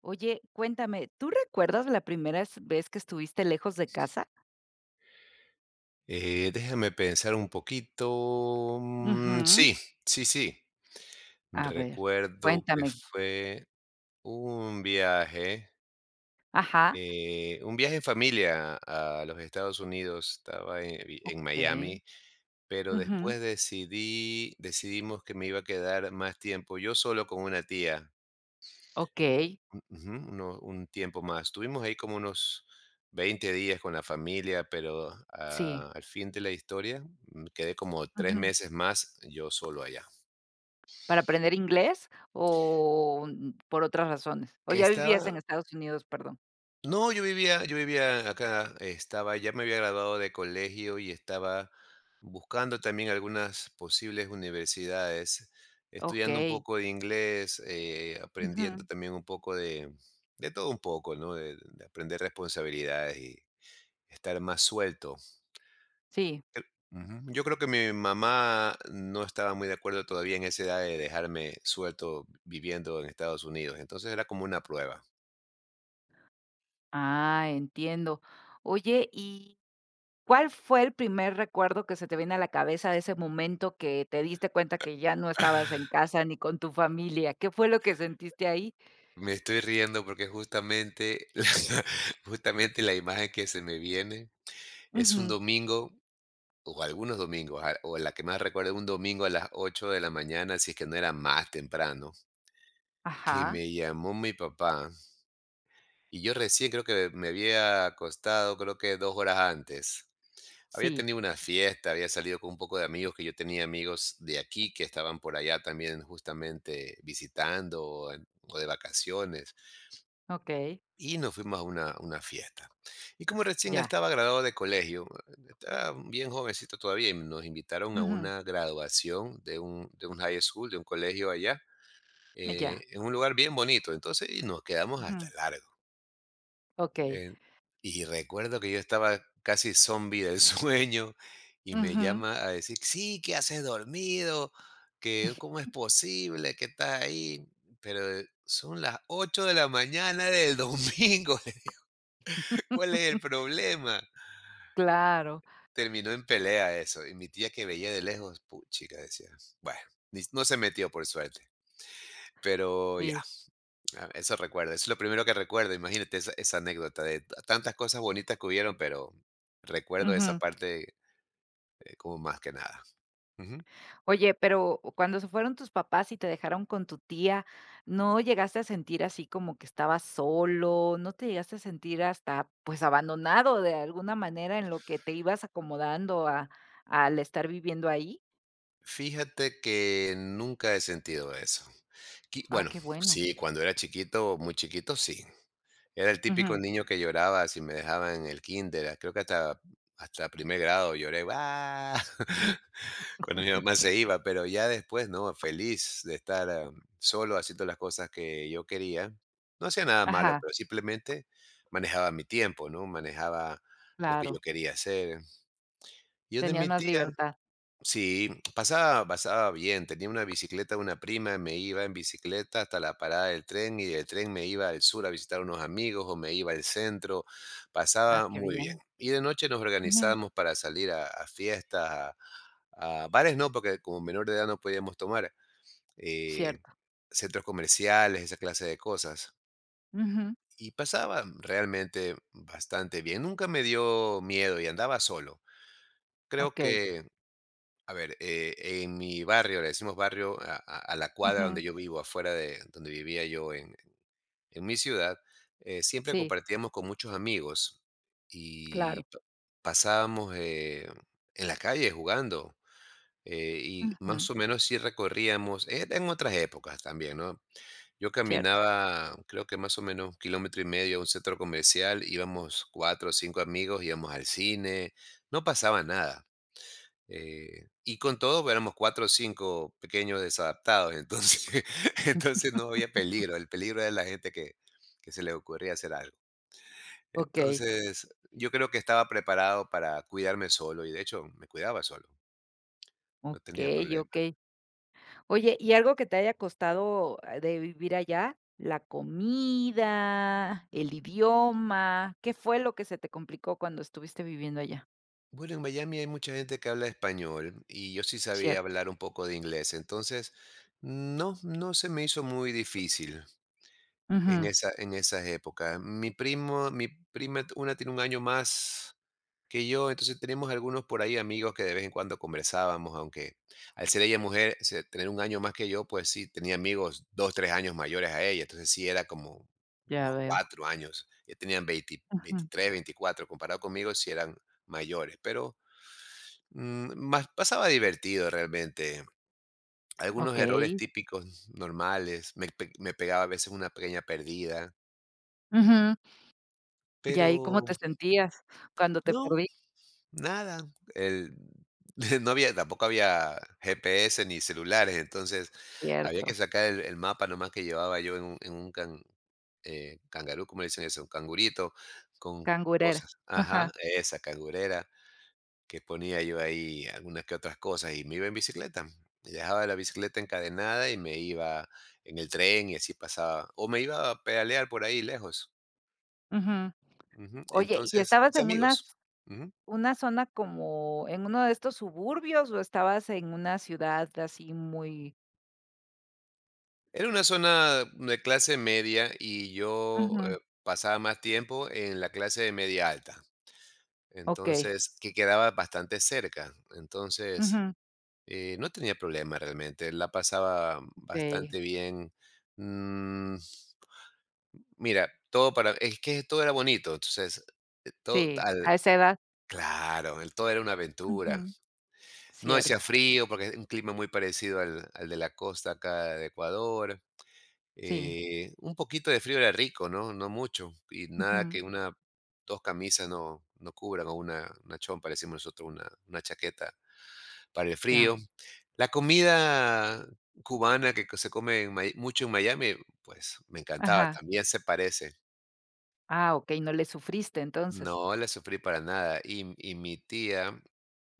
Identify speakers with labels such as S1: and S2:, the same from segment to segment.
S1: Oye, cuéntame, ¿tú recuerdas la primera vez que estuviste lejos de casa?
S2: Déjame pensar un poquito. Mm,
S1: Ujú.
S2: sí, sí, sí.
S1: A ver,
S2: Recuerdo que
S1: cuéntame.
S2: fue un viaje,
S1: Ajá,
S2: un viaje en familia a los Estados Unidos. Estaba
S1: ok.
S2: en Miami, pero
S1: Ujú.
S2: después decidimos que me iba a quedar más tiempo yo solo con una tía.
S1: Ok,
S2: Ujú, un tiempo más. Estuvimos ahí como unos 20 días con la familia, pero
S1: sí.
S2: al fin de la historia quedé como tres
S1: Ujú.
S2: meses más yo solo allá.
S1: ¿Para aprender inglés o por otras razones? O ya vivías en
S2: Estaba,
S1: Estados Unidos, perdón.
S2: no, yo vivía, acá, estaba, ya me había graduado de colegio y estaba buscando también algunas posibles universidades, estudiando un
S1: Ok.
S2: poco de inglés, aprendiendo
S1: Ujú.
S2: también un poco de todo un poco, ¿no? De aprender responsabilidades y estar más suelto.
S1: Sí.
S2: Cre Ujú. Yo creo que mi mamá no estaba muy de acuerdo todavía en esa edad de dejarme suelto viviendo en Estados Unidos, entonces era como una prueba.
S1: Ah, entiendo. Oye, y ¿cuál fue el primer recuerdo que se te viene a la cabeza de ese momento que te diste cuenta que ya no estabas en casa ni con tu familia? ¿Qué fue lo que sentiste ahí?
S2: Me estoy riendo porque justamente justamente la imagen que se me viene es un
S1: Ujú.
S2: domingo, o algunos domingos, a o la que más recuerdo, un domingo a las 8 de la mañana, si es que no era más temprano, que
S1: Ajá.
S2: me llamó mi papá, y yo recién creo que me había acostado, creo que 2 horas antes. Había
S1: Sí.
S2: tenido una fiesta, había salido con un poco de amigos, que yo tenía amigos de aquí que estaban por allá también justamente visitando o de vacaciones,
S1: Okey.
S2: y nos fuimos a una fiesta. Y como recién
S1: Ya.
S2: estaba graduado de colegio, estaba bien jovencito todavía, y nos invitaron a
S1: Ujú.
S2: una graduación de un high school, de un colegio allá,
S1: Ya.
S2: en un lugar bien bonito. Entonces, y nos quedamos hasta
S1: Ujú.
S2: largo.
S1: Okey.
S2: Eh, y recuerdo que yo estaba casi zombie del sueño y me
S1: Ujú.
S2: llama a decir, sí, ¿qué haces dormido? Que ¿cómo es posible que estás ahí? Pero son las 8 de la mañana del domingo. ¿Cuál es el problema?
S1: Claro.
S2: Terminó en pelea eso. Y mi tía que veía de lejos, puchica, decía, bueno, no se metió por suerte. Pero
S1: Sí.
S2: ya, ah, eso recuerdo, eso es lo primero que recuerdo. Imagínate esa anécdota de tantas cosas bonitas que hubieron, pero recuerdo esa
S1: Ujú.
S2: parte, como más que nada. Ujú.
S1: Oye, pero cuando se fueron tus papás y te dejaron con tu tía, ¿no llegaste a sentir así como que estabas solo? ¿No te llegaste a sentir hasta, pues, abandonado de alguna manera en lo que te ibas acomodando a al estar viviendo ahí?
S2: Fíjate que nunca he sentido eso. Qui
S1: Ah,
S2: bueno,
S1: qué bueno.
S2: sí, cuando era chiquito, muy chiquito, sí. Era el típico
S1: Ujú.
S2: niño que lloraba si me dejaban en el kinder, creo que hasta primer grado lloré, ¡ah! Cuando mi mamá se iba, pero ya después, ¿no? Feliz de estar solo haciendo las cosas que yo quería. No hacía nada malo,
S1: Ajá,
S2: pero simplemente manejaba mi tiempo, ¿no? Manejaba lo que yo
S1: claro.
S2: quería hacer. Yo de
S1: Tenías
S2: mi
S1: más
S2: tía,
S1: libertad.
S2: sí, pasaba bien. Tenía una bicicleta, una prima, me iba en bicicleta hasta la parada del tren y del tren me iba al sur a visitar unos amigos o me iba al centro.
S1: Ah,
S2: Pasaba
S1: qué
S2: muy bien.
S1: bien.
S2: Y de noche nos
S1: Ujú,
S2: organizábamos para salir a fiestas, a bares no, porque como menor de edad no podíamos tomar, eh,
S1: cierto.
S2: centros comerciales, esa clase de cosas.
S1: Ujú,
S2: Y pasaba realmente bastante bien. Nunca me dio miedo y andaba solo. Creo
S1: okey.
S2: que, a ver, en mi barrio, le decimos barrio a, a la cuadra
S1: Ujú,
S2: donde yo vivo, afuera de donde vivía yo en mi ciudad, siempre
S1: sí,
S2: compartíamos con muchos amigos y
S1: claro.
S2: pasábamos en la calle jugando. Y
S1: Ujú,
S2: más o menos sí recorríamos, era en otras épocas también, ¿no? Yo
S1: cierto.
S2: caminaba, creo que más o menos 1 kilómetro y medio a un centro comercial, íbamos cuatro o cinco amigos, íbamos al cine, no pasaba nada. Y con todo éramos cuatro o cinco pequeños desadaptados, entonces, entonces no había peligro, el peligro era la gente que se le ocurría hacer algo.
S1: Okey,
S2: Entonces yo creo que estaba preparado para cuidarme solo y de hecho me cuidaba solo, no tenía
S1: okey,
S2: problema.
S1: okey. Oye, ¿y algo que te haya costado, de vivir allá? ¿La comida, el idioma? ¿Qué fue lo que se te complicó cuando estuviste viviendo allá?
S2: Bueno, en Miami hay mucha gente que habla español y yo sí sabía
S1: Cierto.
S2: hablar un poco de inglés, entonces no se me hizo muy difícil
S1: Ujú,
S2: en esas épocas. Mi primo, mi prima, una tiene 1 año más que yo, entonces tenemos algunos por ahí amigos que de vez en cuando conversábamos, aunque al ser ella mujer, tener 1 año más que yo, pues sí, tenía amigos dos, tres años mayores a ella, entonces sí era como
S1: ya
S2: unos
S1: veo.
S2: 4 años, ya tenían 20
S1: Ujú,
S2: 23, 24 comparado conmigo sí eran mayores, pero mas pasaba divertido realmente. Algunos errores
S1: okey.
S2: típicos normales, me pegaba a veces una pequeña perdida,
S1: Ujú. ¿Y ahí cómo te
S2: pero
S1: sentías cuando te
S2: no,
S1: perdí?
S2: nada. El no había tampoco había GPS ni celulares, entonces había que
S1: Cierto,
S2: sacar el mapa nomás que llevaba yo en un cangarú, ¿cómo le dicen eso? Un cangurito con
S1: cangurera.
S2: cosas. Ajá,
S1: Ajá,
S2: esa, cangurera. Que ponía yo ahí algunas que otras cosas y me iba en bicicleta. Y dejaba la bicicleta encadenada y me iba en el tren y así pasaba. O me iba a pedalear por ahí lejos.
S1: ujú.
S2: Ujú.
S1: Oye, ¿y
S2: Entonces,
S1: estabas
S2: mis
S1: en unas
S2: amigos. Ujú.
S1: una zona como en uno de estos suburbios o estabas en una ciudad así muy?
S2: Era una zona de clase media y yo
S1: Ujú,
S2: pasaba más tiempo en la clase de media alta.
S1: okey,
S2: Entonces, que quedaba bastante cerca. Entonces,
S1: ujú.
S2: no tenía problema realmente. La pasaba
S1: Okey.
S2: bastante bien. Mm, Mira, todo para es que todo era bonito, entonces, todo
S1: Sí, a
S2: al
S1: esa edad.
S2: claro, el todo era una aventura.
S1: Ujú,
S2: No hacía
S1: cierto,
S2: frío, porque es un clima muy parecido al de la costa acá de Ecuador.
S1: sí,
S2: Un poquito de frío era rico, ¿no? No mucho, y nada
S1: ujú,
S2: que una 2 camisas no cubran, o una chompa, le decimos nosotros, una chaqueta para el
S1: ya,
S2: frío. La comida cubana que se come en Mia mucho en Miami, pues, me encantaba,
S1: ajá.
S2: también se parece.
S1: Ah, okey, no le sufriste entonces.
S2: No la sufrí para nada. Y mi tía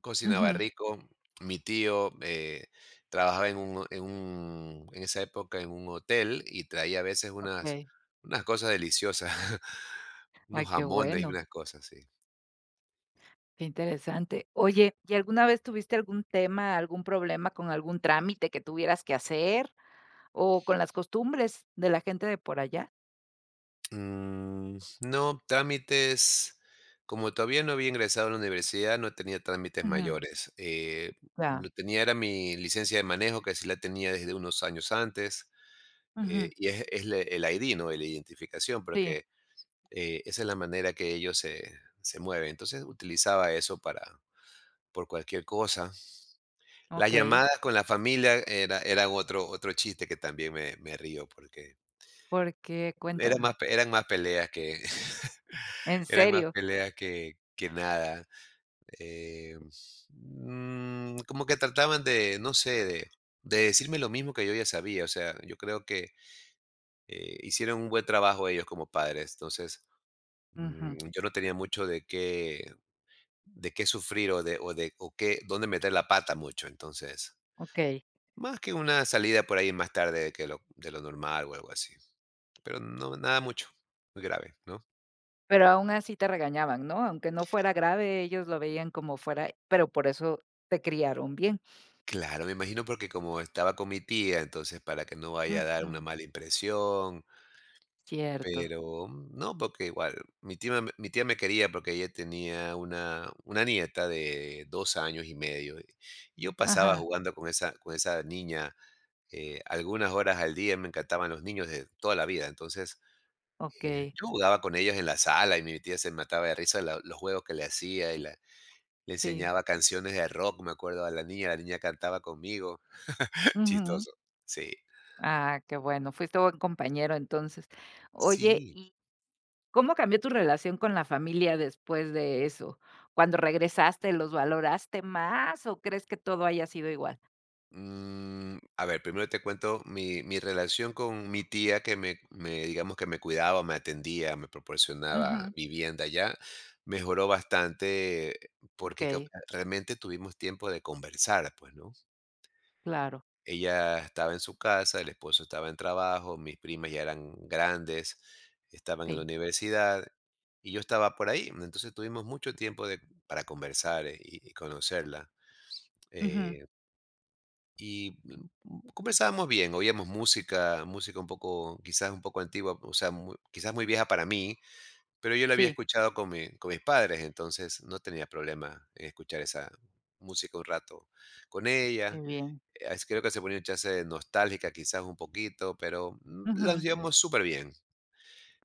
S2: cocinaba
S1: Ujú,
S2: rico, mi tío, trabajaba en esa época en un hotel y traía a veces unas
S1: okey.
S2: unas cosas deliciosas,
S1: Ay,
S2: unos
S1: qué
S2: jamones y
S1: bueno,
S2: unas cosas así.
S1: qué interesante. Oye, ¿y alguna vez tuviste algún tema, algún problema con algún trámite que tuvieras que hacer o con las costumbres de la gente de por allá?
S2: No, trámites, como todavía no había ingresado a la universidad, no tenía trámites
S1: Ujú,
S2: mayores.
S1: ya,
S2: Lo tenía era mi licencia de manejo, que sí la tenía desde unos años antes.
S1: ujú,
S2: Y es, el ID, ¿no? La identificación,
S1: sí,
S2: porque esa es la manera que ellos se mueven. Entonces utilizaba eso por cualquier cosa. Las
S1: okey.
S2: llamadas con la familia eran otro chiste que también me río, porque
S1: ¿Por qué? Cuéntame.
S2: eran más peleas que,
S1: ¿En
S2: eran más
S1: serio?
S2: peleas que nada. Eh, Como que trataban de, no sé, de, decirme lo mismo que yo ya sabía. O sea, yo creo que hicieron un buen trabajo ellos como padres. Entonces,
S1: Ujú,
S2: yo no tenía mucho de qué sufrir o qué dónde meter la pata mucho, entonces,
S1: okey.
S2: más que una salida por ahí más tarde que lo normal o algo así. Pero no, nada mucho, muy grave, ¿no?
S1: Pero aún así te regañaban, ¿no? Aunque no fuera grave, ellos lo veían como fuera, pero por eso te criaron bien.
S2: Claro, me imagino porque como estaba con mi tía, entonces para que no vaya a dar una
S1: Ujú,
S2: mala impresión,
S1: cierto.
S2: pero no, porque igual mi tía me quería porque ella tenía una nieta de 2 años y medio, y yo pasaba
S1: Ajá,
S2: jugando con esa niña algunas horas al día, me encantaban los niños de toda la vida, entonces,
S1: okey,
S2: yo jugaba con ellos en la sala y mi tía se mataba de risa de la los juegos que le hacía y la le
S1: sí.
S2: enseñaba canciones de rock, me acuerdo, a la niña cantaba conmigo,
S1: Ujú.
S2: chistoso, sí,
S1: Ah, qué bueno, fuiste buen compañero entonces. Oye,
S2: sí.
S1: ¿y cómo cambió tu relación con la familia después de eso? Cuando regresaste, ¿los valoraste más o crees que todo haya sido igual?
S2: A ver, primero te cuento mi relación con mi tía que digamos, que me cuidaba, me atendía, me proporcionaba
S1: Ujú,
S2: vivienda allá, mejoró bastante porque ca
S1: okey,
S2: realmente tuvimos tiempo de conversar, pues, ¿no?
S1: claro,
S2: Ella estaba en su casa, el esposo estaba en trabajo, mis primas ya eran grandes, estaban en la
S1: sí.
S2: universidad y yo estaba por ahí. Entonces tuvimos mucho tiempo para conversar y conocerla.
S1: Ujú,
S2: eh, y conversábamos bien, oíamos música, música un poco, quizás un poco antigua, o sea, quizás muy vieja para mí, pero yo la había
S1: sí,
S2: escuchado con mis padres, entonces no tenía problema en escuchar esa música un rato con
S1: muy
S2: ella
S1: bien.
S2: creo que se ponía chance nostálgica, quizás un poquito, pero, las
S1: Ujú,
S2: llevamos súper bien.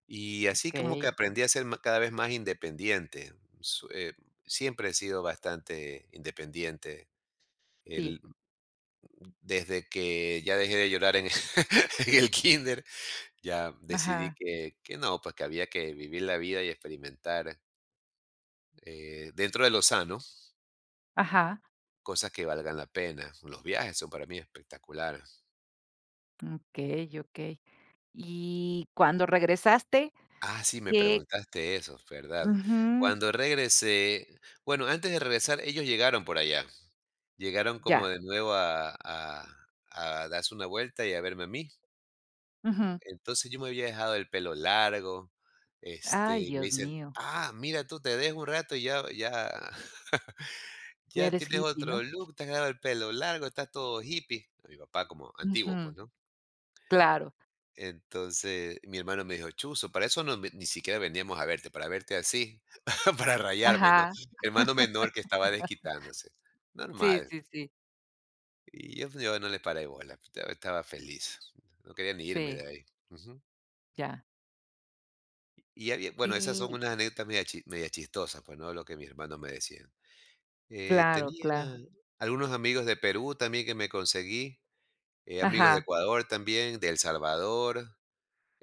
S2: Y así como que
S1: okey,
S2: aprendí a ser ma cada vez más independiente. Su Siempre he sido bastante independiente.
S1: sí,
S2: El Desde que ya dejé de llorar en en el kinder, ya decidí
S1: ajá.
S2: que no, pues, que había que vivir la vida y experimentar, dentro de lo sano,
S1: Ajá,
S2: cosas que valgan la pena. Los viajes son para mí espectaculares.
S1: okey, okey. Y cuando regresaste,
S2: Ah, sí, me
S1: ¿qué?
S2: preguntaste eso, ¿verdad?
S1: Ujú,
S2: Cuando regresé, bueno, antes de regresar, ellos llegaron por allá. Llegaron como
S1: ya,
S2: de nuevo a, a darse una vuelta y a verme a mí.
S1: ujú.
S2: Entonces yo me había dejado el pelo largo,
S1: Ay,
S2: y me
S1: Dios
S2: dicen,
S1: mío,
S2: ah, mira, tú te dejas un rato y ya, ya,
S1: ya
S2: ya
S1: eres
S2: tienes
S1: hippie,
S2: otro
S1: ¿no?
S2: look, te has dejado el pelo largo, estás todo hippie. A mi papá como antiguo,
S1: Ujú,
S2: pues, ¿no?
S1: claro,
S2: Entonces, mi hermano me dijo: "Chuzo, para eso no me ni siquiera veníamos a verte, para verte así, para rayarme", ¿no?
S1: ajá,
S2: Hermano menor que estaba desquitándose.
S1: sí,
S2: Normal.
S1: sí, sí,
S2: Y yo no le paré bola, estaba feliz. No quería ni irme
S1: sí,
S2: de ahí. Ujú.
S1: ya.
S2: Y había Bueno, esas son
S1: Y
S2: unas anécdotas media chistosas, pues, ¿no? Lo que mis hermanos me decían.
S1: claro,
S2: Tenía
S1: claro,
S2: algunos amigos de Perú también que me conseguí, amigos de
S1: ajá,
S2: Ecuador también, de El Salvador.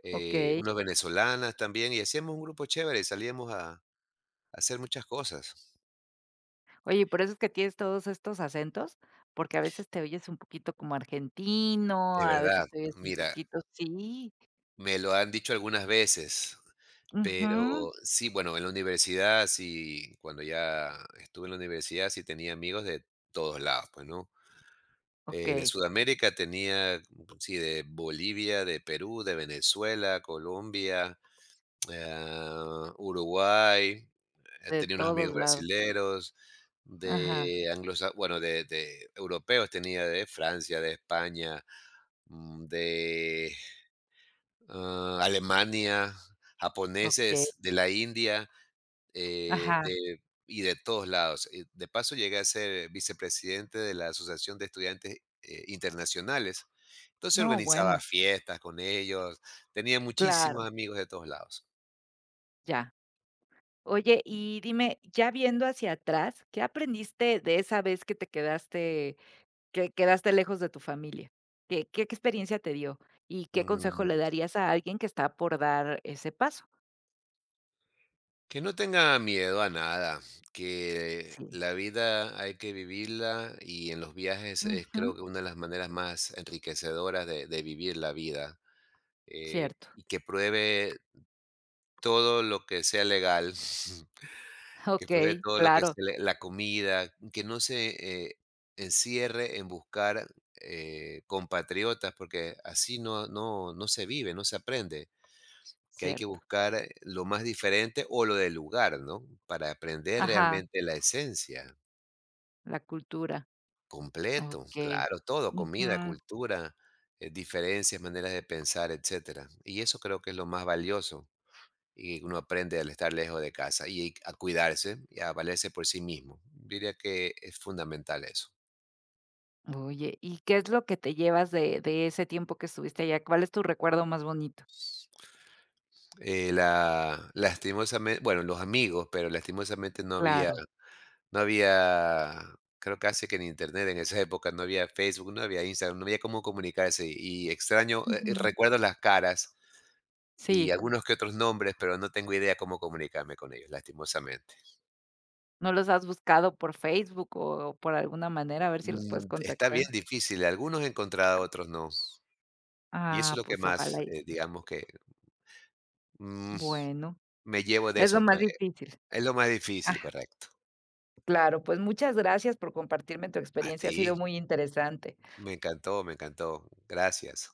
S1: okey.
S2: Unas venezolanas también, y hacíamos un grupo chévere, salíamos a hacer muchas cosas.
S1: Oye, por eso es que tienes todos estos acentos, porque a veces te oyes un poquito como argentino,
S2: De
S1: a veces
S2: verdad,
S1: te oyes un
S2: mira,
S1: poquito sí,
S2: me lo han dicho algunas veces,
S1: ujú,
S2: pero sí, bueno, en la universidad sí, cuando ya estuve en la universidad sí tenía amigos de todos lados, pues, ¿no? De
S1: okey,
S2: Sudamérica tenía, sí, de Bolivia, de Perú, de Venezuela, Colombia, ah, Uruguay,
S1: de
S2: tenía unos amigos
S1: todos lados,
S2: brasileros,
S1: ajá,
S2: de anglos, bueno, de europeos tenía de Francia, de España, de Alemania,
S1: okey.
S2: japoneses, de la India,
S1: Ajá.
S2: de y de todos lados. Y de paso llegué a ser vicepresidente de la Asociación de Estudiantes Internacionales. Entonces
S1: No,
S2: organizaba
S1: bueno,
S2: fiestas con ellos, tenía muchísimos
S1: claro,
S2: amigos de todos lados.
S1: ya. Oye, y dime, ya viendo hacia atrás, ¿qué aprendiste de esa vez que te quedaste que quedaste lejos de tu familia? ¿Qué qué experiencia te dio? ¿Y qué consejo
S2: Mm.
S1: le darías a alguien que está por dar ese paso?
S2: Que no tenga miedo a nada, que
S1: Sí.
S2: la vida hay que vivirla y en los viajes es
S1: Ujú,
S2: creo que una de las maneras más enriquecedoras de vivir la vida
S1: cierto.
S2: y que pruebe todo lo que sea legal, que pruebe
S1: Okey,
S2: todo lo que
S1: claro,
S2: sea la comida, que no se encierre en buscar compatriotas porque así no, no, no se vive, no se aprende que hay que
S1: cierto.
S2: buscar lo más diferente o lo del lugar, ¿no? Para aprender
S1: Ajá,
S2: realmente la esencia,
S1: la cultura.
S2: completo,
S1: Okey.
S2: claro, todo, comida,
S1: Ujú.
S2: cultura, diferencias, maneras de pensar, etcétera. Y eso creo que es lo más valioso y uno aprende al estar lejos de casa y a cuidarse y a valerse por sí mismo. Diría que es fundamental eso.
S1: Oye, ¿y qué es lo que te llevas de ese tiempo que estuviste allá? ¿Cuál es tu recuerdo más bonito?
S2: Lastimosamente, bueno, los amigos, pero lastimosamente
S1: Claro.
S2: No había, creo casi que en internet en esa época, no había Facebook, no había Instagram, no había cómo comunicarse y extraño,
S1: Ujú.
S2: recuerdo las caras y
S1: Sí,
S2: algunos que otros nombres, pero no tengo idea cómo comunicarme con ellos, lastimosamente.
S1: ¿no los has buscado por Facebook o por alguna manera a ver si los puedes
S2: Está bien
S1: contactar?
S2: difícil, algunos he encontrado, otros no. Y eso es
S1: Ah,
S2: lo que
S1: pues
S2: más,
S1: ojalá y sí.
S2: digamos que, mm,
S1: Bueno,
S2: me llevo de
S1: es lo
S2: eso,
S1: más
S2: pues,
S1: difícil.
S2: es lo más difícil,
S1: Ah,
S2: correcto.
S1: claro, pues muchas gracias por compartirme tu
S2: A
S1: experiencia, ha
S2: ti,
S1: sido muy interesante.
S2: me encantó, me encantó. Gracias.